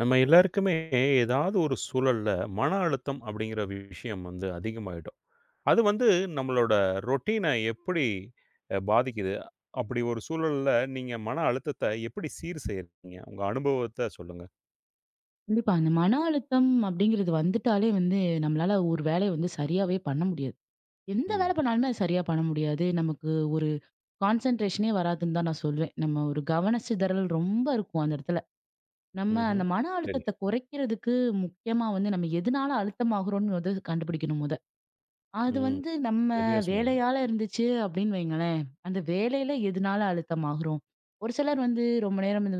நம்ம எல்லாருக்குமே ஏதாவது ஒரு சூழல்ல மன அழுத்தம் அப்படிங்கிற விஷயம் வந்து அதிகமாயிடும். அது வந்து நம்மளோட ரொட்டீன எப்படி பாதிக்குது? அப்படி ஒரு சூழல்ல நீங்க மன அழுத்தத்த எப்படி சீர் செய்றீங்க? உங்க அனுபவத்த சொல்லுங்க. கண்டிப்பா. அந்த மன அழுத்தம் அப்படிங்கிறது வந்துட்டாலே வந்து, நம்மளால ஒரு வேலைய வந்து சரியாவே பண்ண முடியாது. எந்த ம். வேலை பண்ணாலுமே அது சரியா பண்ண முடியாது. நமக்கு ஒரு கான்சன்ட்ரேஷனே வராதுன்னு தான் நான் சொல்வேன். நம்ம ஒரு கவன சிதறல் ரொம்ப இருக்கும் அந்த இடத்துல. நம்ம அந்த ம்ஹ்ம். மன சரி. அழுத்தத்த குறைக்கிறதுக்கு முக்கியமா வந்து நம்ம எதுனால அழுத்தமாகுறோம்னு வந்து கண்டுபிடிக்கணும் மொத. அது ம். வந்து நம்ம சரியா சொன்னீங்க. வேலையால இருந்துச்சு அப்படின்னு வைங்களேன், அந்த வேலையில எதுனால அழுத்தமாகுறோம்? ஒரு சிலர் வந்து ரொம்ப நேரம் இந்த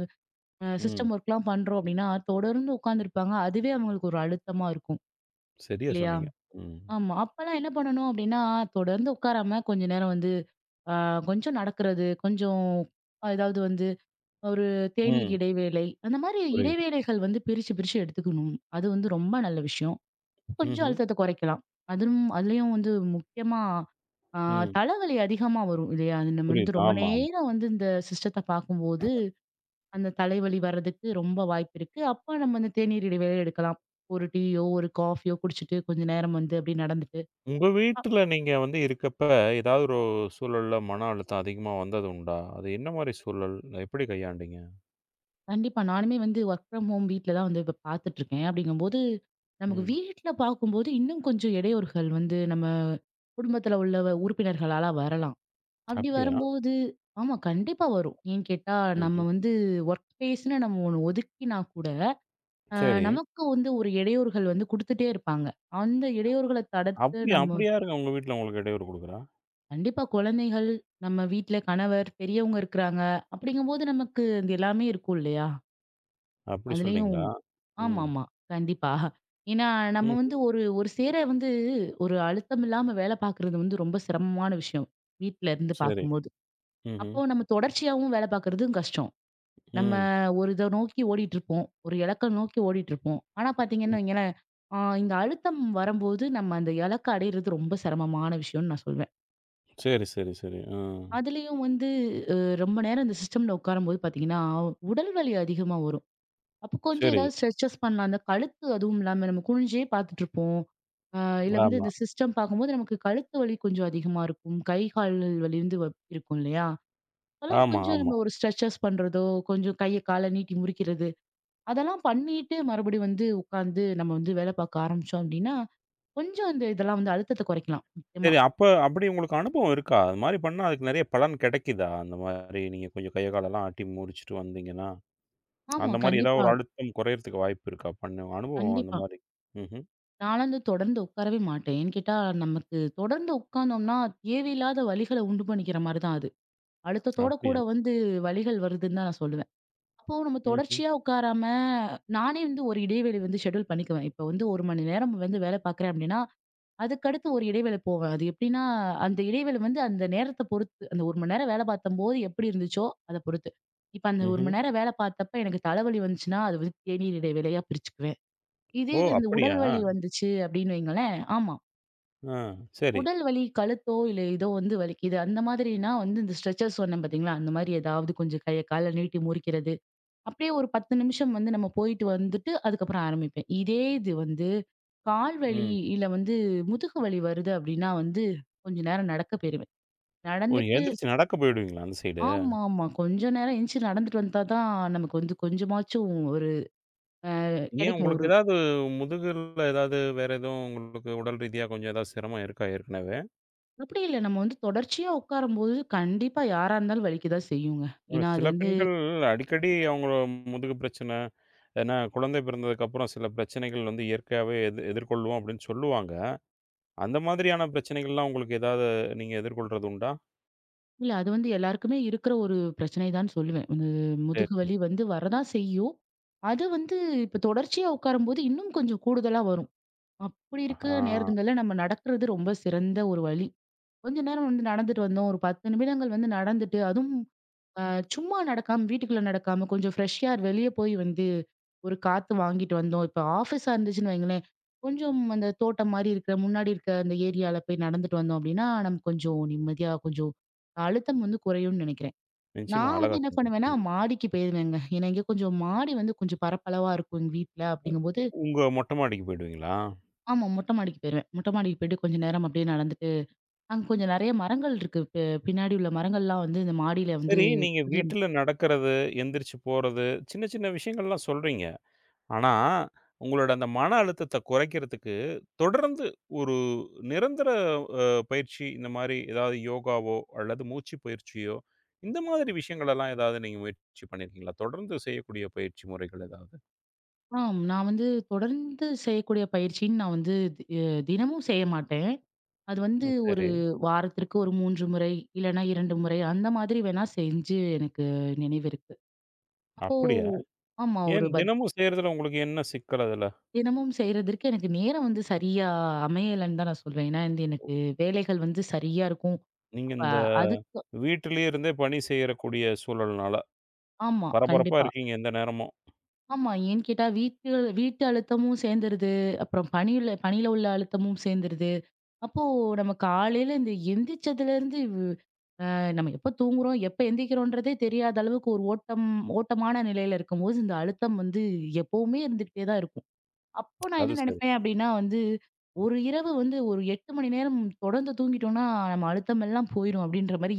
ம். சிஸ்டம் ஒர்க்லாம் பண்றோம் அப்படின்னா, தொடர்ந்து உட்கார்ந்துருப்பாங்க. அதுவே அவங்களுக்கு ஒரு அழுத்தமா இருக்கும். சரியா இல்லையா? சொன்னீங்க. ம். ஆமா. அப்பலாம் என்ன பண்ணணும் அப்படின்னா, தொடர்ந்து உட்காராம கொஞ்ச நேரம் வந்து அ கொஞ்சம் நடக்கிறது, கொஞ்சம் ஏதாவது வந்து ஒரு தேநீர் ம். இடைவேளை, அந்த மாரி புரியுது. இடைவேளைகள் வந்து பிரிச்சு, பிரிச்சு எடுத்துக்கணும். அது வந்து ரொம்ப நல்ல விஷயம். கொஞ்சம் ம்ஹ்ம். அழுத்தத்த குறைக்கலாம். அதுவும் அதுலயும் வந்து முக்கியமா அ ம். தலைவலி அதிகமா வரும் இல்லையா? அது நம்ம வந்து புரியுது. ரொம்ப ஆமா. நேரம் வந்து இந்த சிஸ்டத்த பார்க்கும்போது அந்த தலைவலி வர்றதுக்கு ரொம்ப வாய்ப்பிருக்கு. அப்ப நம்ம அந்த தேநீர் இடைவேளை எடுக்கலாம். ஒரு டீயோ, ஒரு காஃபியோ குடிச்சிட்டு கொஞ்ச நேரம் வந்து அப்படியே நடந்துட்டு. உங்க வீட்டுல நீங்க வந்து இருக்கப்ப, ஏதாவது ஒரு சூழல்ல மன அழுத்தம் அதிகமா வந்தது உண்டா? அது என்ன மாரி சூழல்? எப்படி கையாண்டீங்க? கண்டிப்பா நானுமே வந்து வொர்க் ஃப்ரம் ஹோம் வீட்ல தான் வந்து இப்ப பார்த்துட்டுருக்கேன். அப்படிங்கும்போது, நமக்கு ம். வீட்ல பார்க்கும்போது இன்னும் கொஞ்சம் இடையூறுகள் வந்து நம்ம குடும்பத்துல உள்ள உறுப்பினர்களால வரலாம். அப்படி அப்படியா? வரும்போது ஆமா கண்டிப்பா வரும். ஏன்னு கேட்டா, நம்ம ம்ஹ்ம். வந்து வொர்க் ஸ்பேஸ்ன்னு நம்ம ஒண்ணு ஒதுக்கினா கூட, அ சரி. நமக்கு வந்து ஒரு இடையூறுகள் வந்து குடுத்துட்டே இருப்பாங்க. அந்த இடையூறுகள தடுத்து அப்படியா? நம்ம அப்படி யாருங்க உங்க வீட்ல உங்களுக்கு இடையூறு குடுக்குறா? கண்டிப்பா குழந்தைகள், நம்ம வீட்ல கணவர், பெரியவங்க இருக்கிறாங்க. அப்படிங்கும்போது நமக்கு அது எல்லாமே இருக்கும் இல்லையா? அப்படி அதுலயும் சொல்றீங்களா? ம். ஆமாமா. கண்டிப்பா. ஏன்னா, நம்ம ம்ஹ்ம். வந்து ஒரு ஒரு சேர வந்து ஒரு அழுத்தம் இல்லாம வேலை பார்க்குறது வந்து ரொம்ப சிரமமான விஷயம். வீட்ல இருந்து சரி. பார்க்கும்போது. ம்ஹ்ம். அப்போ நம்ம தொடர்ச்சியாவும் வேலை பார்க்குறதும் கஷ்டம். நம்ம ம். ஒரு இத நோக்கி ஓடிட்டுருப்போம். ஒரு இலக்க நோக்கி ஓடிட்டுருப்போம். ஆனா ம். பார்த்தீங்கன்னு வைங்களேன், இந்த அழுத்தம் வரம்போது நம்ம அந்த இலக்க அடையிறது ரொம்ப சிரமமான விஷயம்னு நான் சொல்வேன். சரி, சரி, சரி. ஆ. அதுலயும் வந்து அ ரொம்ப நேரம் அந்த சிஸ்டம்ல உட்காரும்போது பார்த்தீங்கன்னா, உடல் வலி அதிகமா வரும். அப்போ கொஞ்சம் சரி. ஏதாவது ஸ்ட்ரெச்சஸ் பண்ணலாம். அந்த கழுத்து அதுவும் இல்லாம நம்ம குனிஞ்சே பார்த்துட்டுருப்போம். அ இல்ல வந்து ஆமா. இந்த சிஸ்டம் பார்க்கும்போது நமக்கு கழுத்து வலி கொஞ்சம் அதிகமா இருக்கும். கை, கால் வலி வந்து இருக்கும் இல்லையா? அதெல்லாம் ஆமா, கொஞ்சம் ஆமா. நம்ம ஒரு ஸ்ட்ரெச்சஸ் பண்றதோ, கொஞ்சம் கைய கால நீட்டி முறிக்கிறது, அதெல்லாம் பண்ணிட்டு மறுபடியும் வந்து உட்காந்து நம்ம வந்து வேலை பார்க்க ஆரம்பிச்சோம் அப்படின்னா, கொஞ்சம் இந்த இதெல்லாம் வந்து அழுத்தத்த குறைக்கலாம். முக்கியமா. சரி, அப்ப அப்படி உங்களுக்கு அனுபவம் இருக்கா? அது மாரி பண்ணா அதுக்கு நெறைய பலன் கெடைக்குதா? அந்த மாரி நீங்க கொஞ்சம் கைய, காலெல்லாம் ஆட்டி முடிச்சுட்டு வந்தீங்கன்னா? ஆமா. அந்த மாரி ஏதாவது கண்டிப்பா, ஒரு அழுத்தம் குறையறதுக்கு வாய்ப்பு இருக்கா? பண்ண அனுபவம் அந்த கண்டிப்பா. மாரி. ம்ஹ்ம். நான்லாம் வந்து தொடர்ந்து உட்காரவே மாட்டேன். ஏன்னு கேட்டா, நமக்கு தொடர்ந்து உட்கார்ந்தோம்னா, தேவையில்லாத வலிகள உண்டு பண்ணிக்கிற மாரி தான் அது. அழுத்தத்தோட கூட அப்படியா? வந்து வலிகள் வருதுன்னு தான் நான் சொல்லுவேன். அப்போ நம்ம ம்ஹ்ம். தொடர்ச்சியா உட்காராம, நானே வந்து ஒரு இடைவேளை வந்து ஷெட்யூல் பண்ணிக்குவேன். இப்ப வந்து 1 மணி நேரம் வந்து வேலை பார்க்குறேன் அப்டின்னா, அதுக்கடுத்து ஒரு இடைவேளை போவேன். அது எப்டின்னா, அந்த இடைவேளை வந்து அந்த நேரத்த பொறுத்து. அந்த 1 மணி நேரம் வேலை பார்த்தம்போது எப்படி இருந்துச்சோ, அத பொறுத்து. இப்ப அந்த 1 ம்ஹ்ம். மணி நேரம் வேலை பார்த்தப்ப எனக்கு தலைவலி வந்துச்சுன்னா, அது வந்து தேநீர் இடைவேளையா பிரிச்சுக்குவேன். இதே ஓ! இது இந்த உடல் அப்படியா? வலி வந்துச்சு அப்படின்னு வைங்களேன். ஆமா. ஆ சரி. உடல் வலி கழுத்தோ, இல்ல ஏதோ வந்து வலிக்குது. அந்த மாதிரினா வந்து இந்த ஸ்ட்ரெச்சர் சொன்னேன் பார்த்தீங்களா? அந்த மாரி ஏதாவது கொஞ்சம் கைய கால நீட்டி முறிக்கிறது. அப்படியே ஒரு 10 நிமிஷம் வந்து நம்ம போயிட்டு வந்துட்டு, அதுக்கப்புறம் ஆரம்பிப்பேன். இதே வந்து கால் வலி, ம். இல்ல வந்து முதுகு வலி வருது அப்படின்னா வந்து, கொஞ்ச நேரம் நடக்க போயிருவேன். ஓ! நடந்துட்டு எழுந்திரிச்சு நடக்க போயிடுவீங்களா அந்த சைடு? ஆமாமா. கொஞ்ச நேரம் எந்திச்சு நடந்துட்டு வந்தா தான் நமக்கு வந்து கொஞ்சமாச்சும் ஒரு ஏன் கிடைக்கும். உங்களுக்கு ஒரு ஏதாவது முதுகுல ஏதாவது வேற எதுவும் உங்களுக்கு உடல் ரீதியா கொஞ்சம் ஏதாவது சிரமம் இருக்கா ஏற்கனவே? அப்படி இல்ல. நம்ம வந்து தொடர்ச்சியா உட்காரும்போது, கண்டிப்பா யாரா இருந்தாலும் வலிக்க தான் செய்யுங்க. ஏன்னா அது சில வந்து பெண்கள் அடிக்கடி அவங்க முதுகு பிரச்சனை, ஏன்னா குழந்தை பிறந்ததுக்கப்புறம் சில பிரச்சனைகள் வந்து இயற்கையாவே எது எதிர்கொள்வோம் அப்படின்னு சொல்லுவாங்க. அந்த மாதிரியான பிரச்சனைகள்லாம் உங்களுக்கு ஏதாவது நீங்க எதிர்கொள்றது உண்டா? இல்ல அது வந்து எல்லாருக்குமே இருக்கிற ஒரு பிரச்சனை தான் சொல்லுவேன். அது சரி, முதுகு சரி. வலி வந்து வரதான் செய்யும். அது வந்து இப்ப தொடர்ச்சியா உட்காரும்போது இன்னும் கொஞ்சம் கூடுதலா வரும். அப்படி இருக்கிற ஆ. நேரங்கள்ல நம்ம நடக்கிறது ரொம்ப சிறந்த ஒரு வழி. கொஞ்ச நேரம் வந்து நடந்துட்டு வந்தோம். ஒரு 10 நிமிடங்கள் வந்து நடந்துட்டு, அதுவும் அ சும்மா நடக்காம, வீட்டுக்குள்ள நடக்காம கொஞ்சம் ஃப்ரெஷ் ஏர் வெளிய போய் வந்து ஒரு காத்து வாங்கிட்டு வந்தோம். இப்ப ஆஃபீஸா இருந்துச்சுன்னு வைங்களேன், கொஞ்சம் அந்த தோட்டம் மாரி இருக்கிற, முன்னாடி இருக்க அந்த ஏரியால போய் நடந்துட்டு வந்தோம் அப்டின்னா, நமக்கு கொஞ்சம் நிம்மதியா கொஞ்சம் அழுத்தம் வந்து குறையும்னு நெனைக்கிறேன். நிச்சயமா. நான் அழகா வந்து என்ன சொன்னீங்க. பண்ணுவேன்னா, ம். மாடிக்கு போயிருவேங்க. ஏன்னா இங்க கொஞ்சம் மாடி வந்து கொஞ்சம் பரப்பளவா இருக்கும் எங்க வீட்ல. அப்படிங்கும்போது உங்க மொட்ட மாடிக்கு போயிடுவீங்களா? ஆமா மொட்ட மாடிக்கு போயிருவேன். மொட்ட மாடிக்கு போயிட்டு கொஞ்சம் நேரம் அப்படியே நடந்துட்டு, அங்க கொஞ்சம் நெறைய மரங்கள் இருக்கு. பின்னாடி உள்ள மரங்கள்லாம் வந்து இந்த மாடியில வந்து சரி, நீங்க வீட்ல நடக்கிறது, எந்திரிச்சு போறது, சின்ன சின்ன விஷயங்கள்லாம் சொல்றீங்க. ஆனா, உங்களோட அந்த மன அழுத்தத்த குறைக்கிறதுக்கு, தொடர்ந்து ஒரு நிரந்தர அ பயிற்சி இந்த மாரி ஏதாவது யோகாவோ, அல்லது மூச்சு பயிற்சியோ, இந்த மாதிரி விஷயங்களெல்லாம் ஏதாவது நீங்க முயற்சி பண்ணியிருக்கீங்களா? தொடர்ந்து செய்யக்கூடிய பயிற்சி முறைகள் ஏதாவது? ஆம். நான் வந்து தொடர்ந்து செய்யக்கூடிய பயிற்சின்னு நான் வந்து தி அ தினமும் செய்ய மாட்டேன். அது வந்து ம். ஒரு சரி. வாரத்திற்கு ஒரு 3 முறை, இல்லன்னா 2 முறை அந்த மாதிரி வேணா செஞ்சு எனக்கு நினைவு இருக்கு. அப்போ அப்படியா? ஆமா. ஏன் ஒரு பத் தினமும் செய்றதுல உங்களுக்கு என்ன சிக்கல் அதுல? தினமும் செய்றதற்கு எனக்கு நேரம் வந்து சரியா அமையலன்னு தான் நான் சொல்வேன். ஏன்னா வந்து எனக்கு வேலைகள் வந்து சரியா இருக்கும். நீங்க அப்ப இந்த அதுக்கு வீட்டிலேயே இருந்தே பணி செய்யக்கூடிய சூழல்னால. ஆமா. பரபரப்பா கண்டிப்பா. இருக்கீங்க எந்த நேரமும். ஆமா. ஏன்னு கேட்டா வீட்டு வீட்டு அழுத்தமும் சேர்ந்துருது. அப்புறம் பணியில பணியில உள்ள அழுத்தமும் சேர்ந்துருது. அப்போ நம்ம காலையில இந்த எந்திரிச்சதுலேருந்து நம்ம எப்ப தூங்குறோம், எப்ப எந்திரிக்கிறோன்றதே தெரியாத அளவுக்கு ஒரு ஓட்டமான நிலையில இருக்கும்போது, இந்த அழுத்தம் வந்து எப்பவுமே இருந்துகிட்டே தான் இருக்கும். அப்போ நான் அது என்ன சரி. நினைப்பேன் அப்படின்னா வந்து, ஒரு இரவு வந்து ஒரு 8 மணி நேரம் தொடர்ந்து தூங்கிட்டோம்னா, நம்ம அழுத்தம் எல்லாம் போயிரும் அப்படின்ற மாரி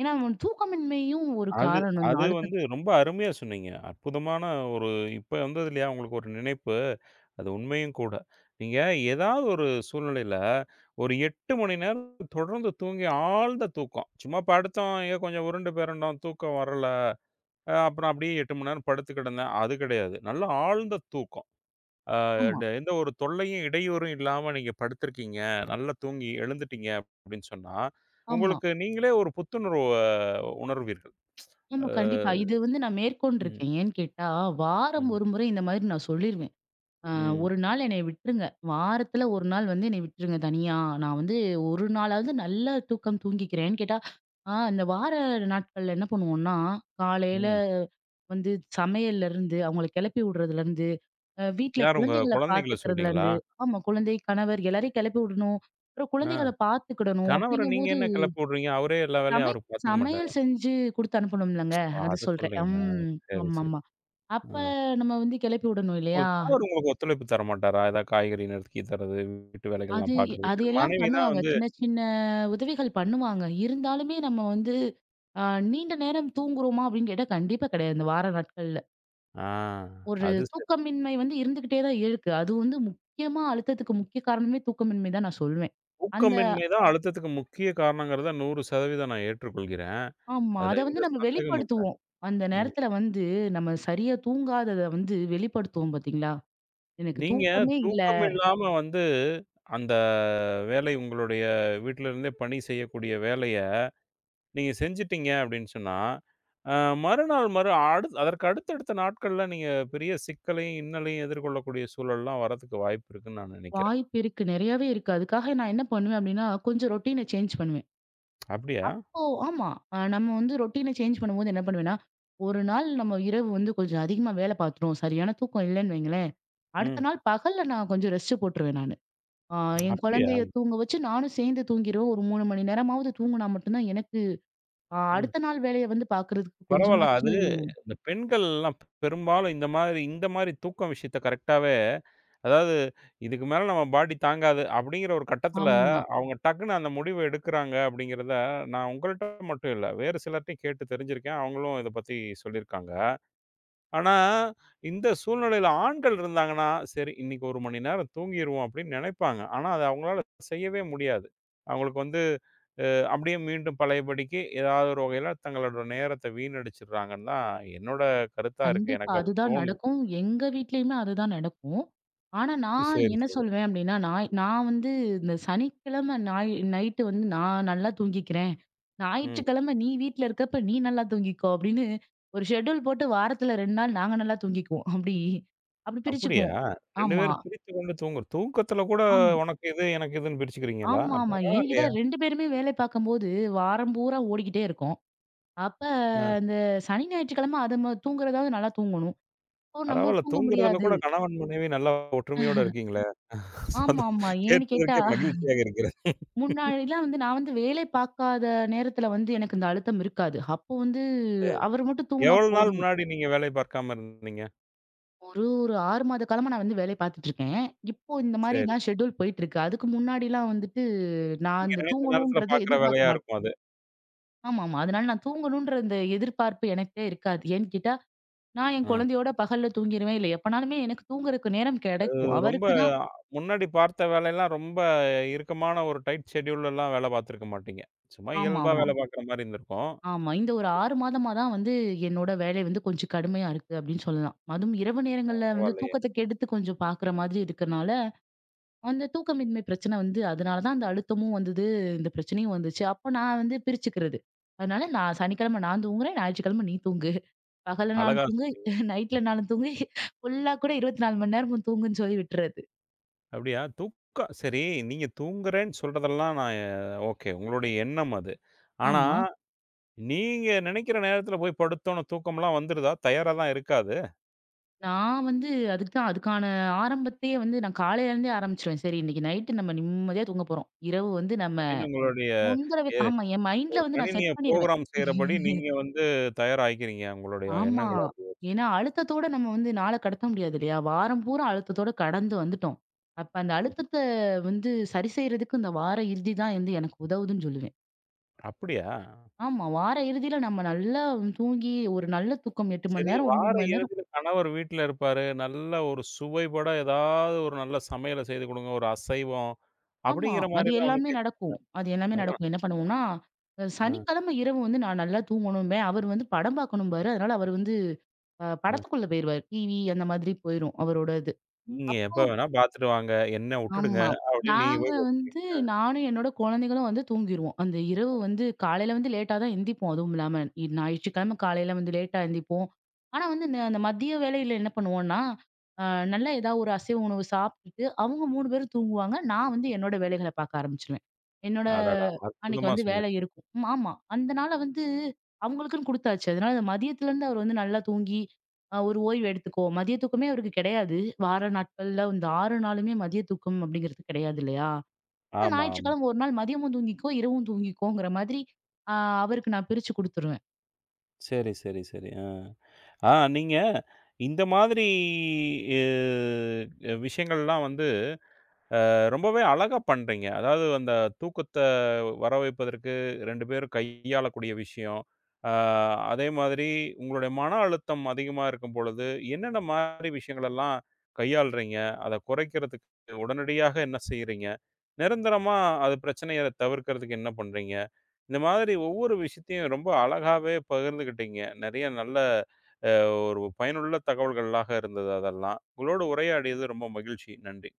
ஏன்னா, நம்ம தூக்கமின்மையும் ஒரு அது காரணம் தான் அது அழுத்தம் வந்து ரொம்ப அருமையா சொன்னீங்க. அற்புதமான ஒரு இப்ப வந்தது இல்லையா, உங்களுக்கு ஒரு நினைப்பு. அது உண்மையும் கூட. நீங்க ஏதாவது ஒரு சூழ்நிலையில, ஒரு 8 மணி நேரம் தொடர்ந்து தூங்கி ஆழ்ந்த தூக்கம். சும்மா படுத்தோம், ஏதோ கொஞ்சம் உருண்டு பெரண்டோம், தூக்கம் வரல. அப்புறம் அப்படியே 8 மணி நேரம் படுத்து கிடந்தேன். அது கிடையாது. நல்ல ஆழ்ந்த தூக்கம். ஆ ஆமா, ட எந்த ஒரு தொல்லையும், இடையூறும் இல்லாம நீங்க படுத்திருக்கீங்க. நல்லா தூங்கி எழுந்துட்டீங்க அப்படின்னு சொன்னா, ஆமா, உங்களுக்கு நீங்களே ஒரு புத்துணர்வ உணர்வீர்கள். ஆமா. கண்டிப்பா. அ இது வந்து நான் ம், மேற்கொண்டிருக்கேன். ஏன்னு கேட்டா, வாரம் ம், ஒரு முறை இந்த மாதிரி நான் சொல்லிருவேன். அ ம், ஒரு நாள் என்னைய விட்டுருங்க. வாரத்துல ஒரு நாள் வந்து என்னைய விட்டுருங்க தனியா. நான் வந்து ஒரு நாளாவது நல்லா தூக்கம் தூங்கிக்கிறேன்னு கேட்டா, இந்த வார நாட்கள்ல என்ன பண்ணுவோம்னா, காலையில ம். வந்து சமையல்லருந்து, அவங்கள கிளப்பி விடுறதுலருந்து, வீட்ல யார் உங்க குழந்தைகள குழந்தைகள சொல்றீங்களா? பார்த்துக்கிறதுலருந்து ஆமா குழந்தை, கணவர் எல்லாரையும் கிளப்பி விடணும். அப்புறம் ஆ. குழந்தைகள பார்த்துக்கிடணும். கணவர நீங்க அப்படிங்கும்போது என்ன கிளப்பி விடுறீங்க? அவரே எல்லா வேலையும் சமை அவரு பார்த்துக்க மாட்டாரா? சமையல் செஞ்சு குடுத்து அனுப்பணும்லங்க. அது அத சொல்றேன். சொல்றீங்களா? ம். சரி, சரி. ஆமாமா. ஆ. அப்ப நம்ம வந்து கிளப்பி விடணும் உங்க இல்லையா? கணவர் உங்களுக்கு ஒத்துழைப்பு தர மாட்டாரா? ஏதாவது காய்கறி நறுக்கி தர்றது, வீட்டு அது வேலைகள்லாம் பார்க்கறது. அது சரி எல்லாம் மனைவி தான் பண்ணுவாங்க. வந்து சின்ன சின்ன உதவிகள் பண்ணுவாங்க. இருந்தாலுமே நம்ம வந்து அ நீண்ட நேரம் தூங்குறோமா அப்படின்னு கேட்டா கண்டிப்பா கிடையாது. இந்த வார நாட்கள்ல. ஆ ஒரு அது சரி. தூக்கமின்மை வந்து இருந்துகிட்டே தான் இருக்கு. அது வந்து முக்கியமா அழுத்தத்துக்கு முக்கிய காரணமே தூக்கமின்மை தான் நான் சொல்வேன். அந்த ஊக்கமின்மை தான் அழுத்தத்துக்கு முக்கிய காரணங்கிறத 100% நான் ஏற்றுக்கொள்கிறேன். ஆமா. அதுல அத எந்த வந்து நம்ம சந்தேகமும் இல்ல. வெளிப்படுத்துவோம். அந்த ம். நேரத்துல வந்து நம்ம சரியா தூங்காதத வந்து வெளிப்படுத்துவோம் பார்த்தீங்களா? எனக்கு நீங்க தூக்கமே இல்ல. தூக்கம் இல்லாம வந்து அந்த வேலை உங்களுடைய வீட்ல இருந்தே பணி செய்யக்கூடிய வேலைய நீங்க செஞ்சுட்டீங்க அப்படின்னு சொன்னா, அ மறுநாள் மறு அடு அதற்கு அடுத்தடுத்த நாட்கள்ல நீங்க பெரிய சிக்கலையும், இன்னலையும் எதிர்கொள்ளக்கூடிய சூழல்லாம் வரதுக்கு வாய்ப்பு இருக்குன்னு நான் நினைக்கிறேன். வாய்ப்பு இருக்கு. நெறையாவே இருக்கு. அதுக்காக நான் என்ன பண்ணுவேன் அப்படின்னா, கொஞ்சம் ரொட்டீன சேஞ்ச் பண்ணுவேன். அப்படியா? ஓ! ஆமா. நம்ம வந்து ரொட்டீன சேஞ்ச் பண்ணும்போது என்ன பண்ணுவேன்னா, ஒரு நாள் நம்ம இரவு வந்து கொஞ்சம் அதிகமா வேல பார்த்துட்டோம். சரியான தூக்கம் இல்லன்னு வைங்களேன், அடுத்த ம். நாள் பகல்ல நான் கொஞ்சம் ரெஸ்ட் போட்டுருவேன் நானு. அ என் அப்படியா? குழந்தைய தூங்க வச்சு நானும் சேர்ந்து தூங்கிருவேன். ஒரு 3 மணி நேரமாவது தூங்குனா மட்டும் தான் எனக்கு ம். அடுத்த நாள் வேலைய வந்து பார்க்கறதுக்கு பரவால்ல. கொஞ்சமாச்சு அது இந்த பெண்கள்லாம் பெரும்பாலும் இந்த மாதிரி இந்த மாதிரி தூக்கம் விஷயத்த கரெக்ட்டாவே அதாவது இதுக்கு மேல நம்ம பாடி தாங்காது அப்படிங்கிற ஒரு கட்டத்தில ஆமா. அவங்க டக்குனு அந்த முடிவு எடுக்கிறாங்க அப்படிங்கிறத நான் உங்கள்ட்ட மட்டும் இல்ல, வேறு சிலர்ட்டயும் கேட்டு தெரிஞ்சிருக்கேன். அவங்களும் இத பத்தி சொல்லியிருக்காங்க. ஆனா இந்த சூழ்நிலையில ஆண்கள் இருந்தாங்கன்னா, சரி இன்னைக்கு 1 மணி நேரம் தூங்கிருவோம் அப்படின்னு நினைப்பாங்க. ஆனா அத அவங்களால செய்யவே முடியாது. அவங்களுக்கு வந்து அப்படியே மீண்டும் பழையபடிக்கு ஏதாவது ஒரு வகையில தங்களோட நேரத்த வீணடிச்சுடுறாங்கன்னு தான் என்னோட கருத்தா இருக்கு. கண்டிப்பா. எனக்கு அப்படி அதுதான் தோணுது. நடக்கும். எங்க வீட்லயுமே அதுதான் நடக்கும். ஆனா, நான் சரி, என்ன சரி. சொல்வேன் அப்டின்னா, நான் நான் வந்து இந்த சனிக்கிழமை நைட்டு வந்து நான் நல்லா தூங்கிக்கிறேன். ம். ஞாயிற்றுக்கிழமை நீ வீட்ல இருக்கப்ப நீ நல்லா தூங்கிக்கோ அப்டின்னு ஒரு ஷெட்யூல் போட்டு வாரத்துல 2 நாள் நாங்க நல்லா தூங்கிக்குவோம். அப்டி அப்டி அப்படியா? பிரிச்சுக்குவோம். 2 ஆமா. பேரும் பிரித்துக் கொண்டு தூங்கு தூக்கத்துல கூட ஆம் உனக்கு இது, எனக்கு இதுன்னு பிரிச்சுக்கிறீங்களா? ஆமாமா. ஏன்கிட்ட பரவாயில்லையே! 2 பேருமே வேலை பார்க்கும்போது வாரம் பூரா ஓடிக்கிட்டே இருக்கும். அப்ப அ இந்த சனி, ஞாயிற்றுக்கிழமை அது தூங்குறதாவது நல்லா தூங்கணும். அப்போ நம்ம பரவால்ல. தூங்க தூங்குறதுல முடியாது. கூட கணவன், மனைவி நல்லா ஒற்றுமையோட இருக்கீங்களே! சந்தோ ஆமாமா. ஏன்னு கேட்டா, கேட்பதற்கே மகிழ்ச்சியாக இருக்கிறது. முன்னாடிலாம் வந்து நான் வந்து வேலை பார்க்காத நேரத்துல வந்து எனக்கு இந்த அழுத்தம் இருக்காது. அப்போ வந்து அவர் மட்டும் தூங்குனா எவ்வளவு நாள் போதும். முன்னாடி நீங்க வேலை பார்க்காம இருந்தீங்க? ஒரு ஒரு 6 மாத காலமா நான் வந்து வேலை பார்த்துட்டு இருக்கேன். இப்போ இந்த மாரி சரி. தான் ஷெட்யூல் போயிட்டுருக்கு. அதுக்கு முன்னாடிலாம் வந்துட்டு நான் நீங்க அந்த நினைத்த நேரத்துல தூங்கணுன்றத பார்க்குற வேலையா எதிர்பார்க்க மாட்டேன். இருக்கும் அது. ஆமாமா. அதனால நான் தூங்கணுன்ற அந்த எதிர்பார்ப்பு எனக்கே இருக்காது. ஏன்னு கேட்டா, நான் என் அ. குழந்தையோட பகல்ல தூங்கிருவேன். இல்ல எப்பனாலுமே எனக்கு தூங்குறதுக்கு நேரம் அது கிடைக்கும். ரொம்ப அவருக்கு தான் முன்னாடி பார்த்த வேலையெல்லாம் ரொம்ப இறுக்கமான ஒரு டைட் ஷெட்யூல்லலாம் வேலை பார்த்துருக்க மாட்டீங்க. சும்மா இயல்பா ஆமாமா. வேலை பார்க்குற மாரி இருந்திருக்கும். ஆமா. இந்த ஒரு 6 மாதமா தான் வந்து என்னோட வேலை வந்து கொஞ்சம் கடுமையா இருக்கு அப்படின்னு சொல்லலாம். அதுவும் இரவு நேரங்கள்ல வந்து பரவாயில்லையே! தூக்கத்த கெடுத்து கொஞ்சம் பார்க்குற மாதிரி இருக்கனால, அந்த தூக்கமின்மை பிரச்சனை வந்து அதனால தான் அந்த அழுத்தமும் வந்தது, இந்த பிரச்சனையும் வந்துச்சு. அப்ப நான் வந்து பிரிச்சுக்கிறது. அதனால நான் சனிக்கிழமை நான் தூங்குறேன், ஞாயிற்றுக்கிழமை நீ தூங்கு. பகலனாலும் அழகா தூங்கு, சொன்னீங்க. ம். நைட்லனாலும் தூங்கு. ஃபுல்லா கூட 24 மணி நேரமும் தூங்குன்னு சொல்லி விட்டுறது. அப்படியா? தூக்கம் சரி நீங்க தூங்குறேன்னு சொல்றதெல்லாம் நான் ஓகே. உங்களுடைய எண்ணம் அது. ஆனா, ஆமா. நீங்க நினைக்கிற நேரத்தில போய் படுத்தோன தூக்கம்லாம் வந்துருதா? தயாரா தான் இருக்காது. நான் வந்து அதுக்கு தான் அதுக்கான ஆரம்பத்தையே வந்து நான் காலையில இருந்தே ஆரம்பிச்சுருவேன். சரி இன்னைக்கு நைட்டு நம்ம நிம்மதியா தூங்க போறோம். இரவு வந்து நம்ம அப்படின்னு உங்களுடைய தொந்தரவு எ ஆமா. என் மைண்ட்ல ஒரு வந்து நான் கணினிய செட் பண்ணிருவேன். புரோகிராம் செய்றபடி நீங்க வந்து தயாரா ஆயிக்கிறீங்க. உங்களுடைய ஆமா. எண்ணங்கள அப்படி வச்சு. ஏன்னா அழுத்தத்தோட நம்ம வந்து நாள கடத்த முடியாது இல்லையா? வாரம் பூரா அழுத்தத்தோட கடந்து வந்துட்டோம். அப்ப அந்த அழுத்தத்த வந்து சரி செய்றதுக்கு இந்த வார இறுதி தான் வந்து எனக்கு உதவுதுன்னு சொல்லுவேன். அப்படியா? ஆமா. வார இறுதியில நம்ம நல்லா தூங்கி ஒரு நல்ல தூக்கம் 8 மணி சரி, நேரம், வார 9 மணி நேரம். இறுதியில கணவர் வீட்ல இருப்பாரு. நல்ல ஒரு சுவைபட ஏதாவது ஒரு நல்ல சமையல செய்து குடுங்க. ஒரு அசைவம் ஆமா. அப்படிங்கிற அது மாரிலாம் ஒண்ணும் எல்லாமே கேட்க நடக்கும். அது எல்லாமே அதான். நடக்கும். என்ன பண்ணுவோம்னா, அ, சனிக்கிழமை இரவு வந்து நான் நல்லா தூங்கணும்பேன். அவர் வந்து படம் பார்க்கணும்பாரு. அதனால அவர் வந்து அ. படத்துக்குள்ள போயிருவாரு. டிவி அந்த மாதிரி போயிரும் அவரோட இது. நீங்க அப்போ எப்ப வேணா பாத்துட்டு வாங்க. என்ன உட்டுடுங்க ஆமா. அப்படின்னு நீங்க நாங்க போய் பாத்து- வந்து நானும் என்னோட குழந்தைகளும் வந்து தூங்கிருவோம். அந்த இரவு வந்து காலையில வந்து லேட்டா தான் எந்திப்போம். அதுவும் இல்லாம ஞாயிற்றுக்கிழமை காலையில வந்து லேட்டா எந்திப்போம். ஆனா வந்து இந்த அந்த மதிய வேளையில என்ன பண்ணுவோம்னா, அ நல்லா ஏதாவது ஒரு அசைவ உணவு சாப்பிட்டுட்டு, அவங்க 3 பேரும் தூங்குவாங்க. நான் வந்து என்னோட வேலைகள பார்க்க ஆரம்பிச்சுருவேன். என்னோட அடடா! அன்னைக்கு அற்புதமா வந்து வேலை சொன்னேன். இருக்கும். ம் ஆமா. அந்த நாள வந்து அவங்களுக்குன்னு குடுத்தாச்சு. அதனால மதியத்துலருந்து அவர் வந்து நல்லா தூங்கி, ஒரு ஓய்வு எடுத்துக்கோ. மதிய தூக்கமே அவருக்கு கிடையாது. வார நாட்கள்ல இந்த 6 நாளுமே மதிய தூக்கம் அப்படிங்கிறது கிடையாது இல்லையா? இந்த ஆமா, ஆமா. ஞாயிற்றுக்கிழமை ஒரு நாள் மதியமும் தூங்கிக்கோ, இரவும் தூங்கிக்கோங்கிற மாதிரி, ஆ அவருக்கு நான் பிரிச்சு குடுத்துருவேன். சரி, சரி, சரி. ஆ. ஆ நீங்க இந்த மாதிரி விஷயங்கள்லாம் வந்து ரொம்பவே அழகா பண்றீங்க. அதாவது அந்த தூக்கத்த வர வைப்பதற்கு 2 பேரும் கையாளக்கூடிய விஷயம். அ அதே மாதிரி உங்களுடைய மன அழுத்தம் அதிகமா இருக்கும் பொழுது, என்னென்ன மாரி விஷயங்களெல்லாம் கையாளுறீங்க? அத குறைக்கிறதுக்கு உடனடியாக என்ன செய்றீங்க? நிரந்தரமா அது பிரச்சனைய தவிர்க்கிறதுக்கு என்ன பண்றீங்க? இந்த மாதிரி ஒவ்வொரு விஷயத்தையும் ரொம்ப அழகாவே பகிர்ந்துக்கிட்டீங்க. நெறைய நல்ல அ ஒரு பயனுள்ள தகவல்களாக இருந்தது அதெல்லாம். உங்களோடு உரையாடியது ரொம்ப மகிழ்ச்சி. நன்றி.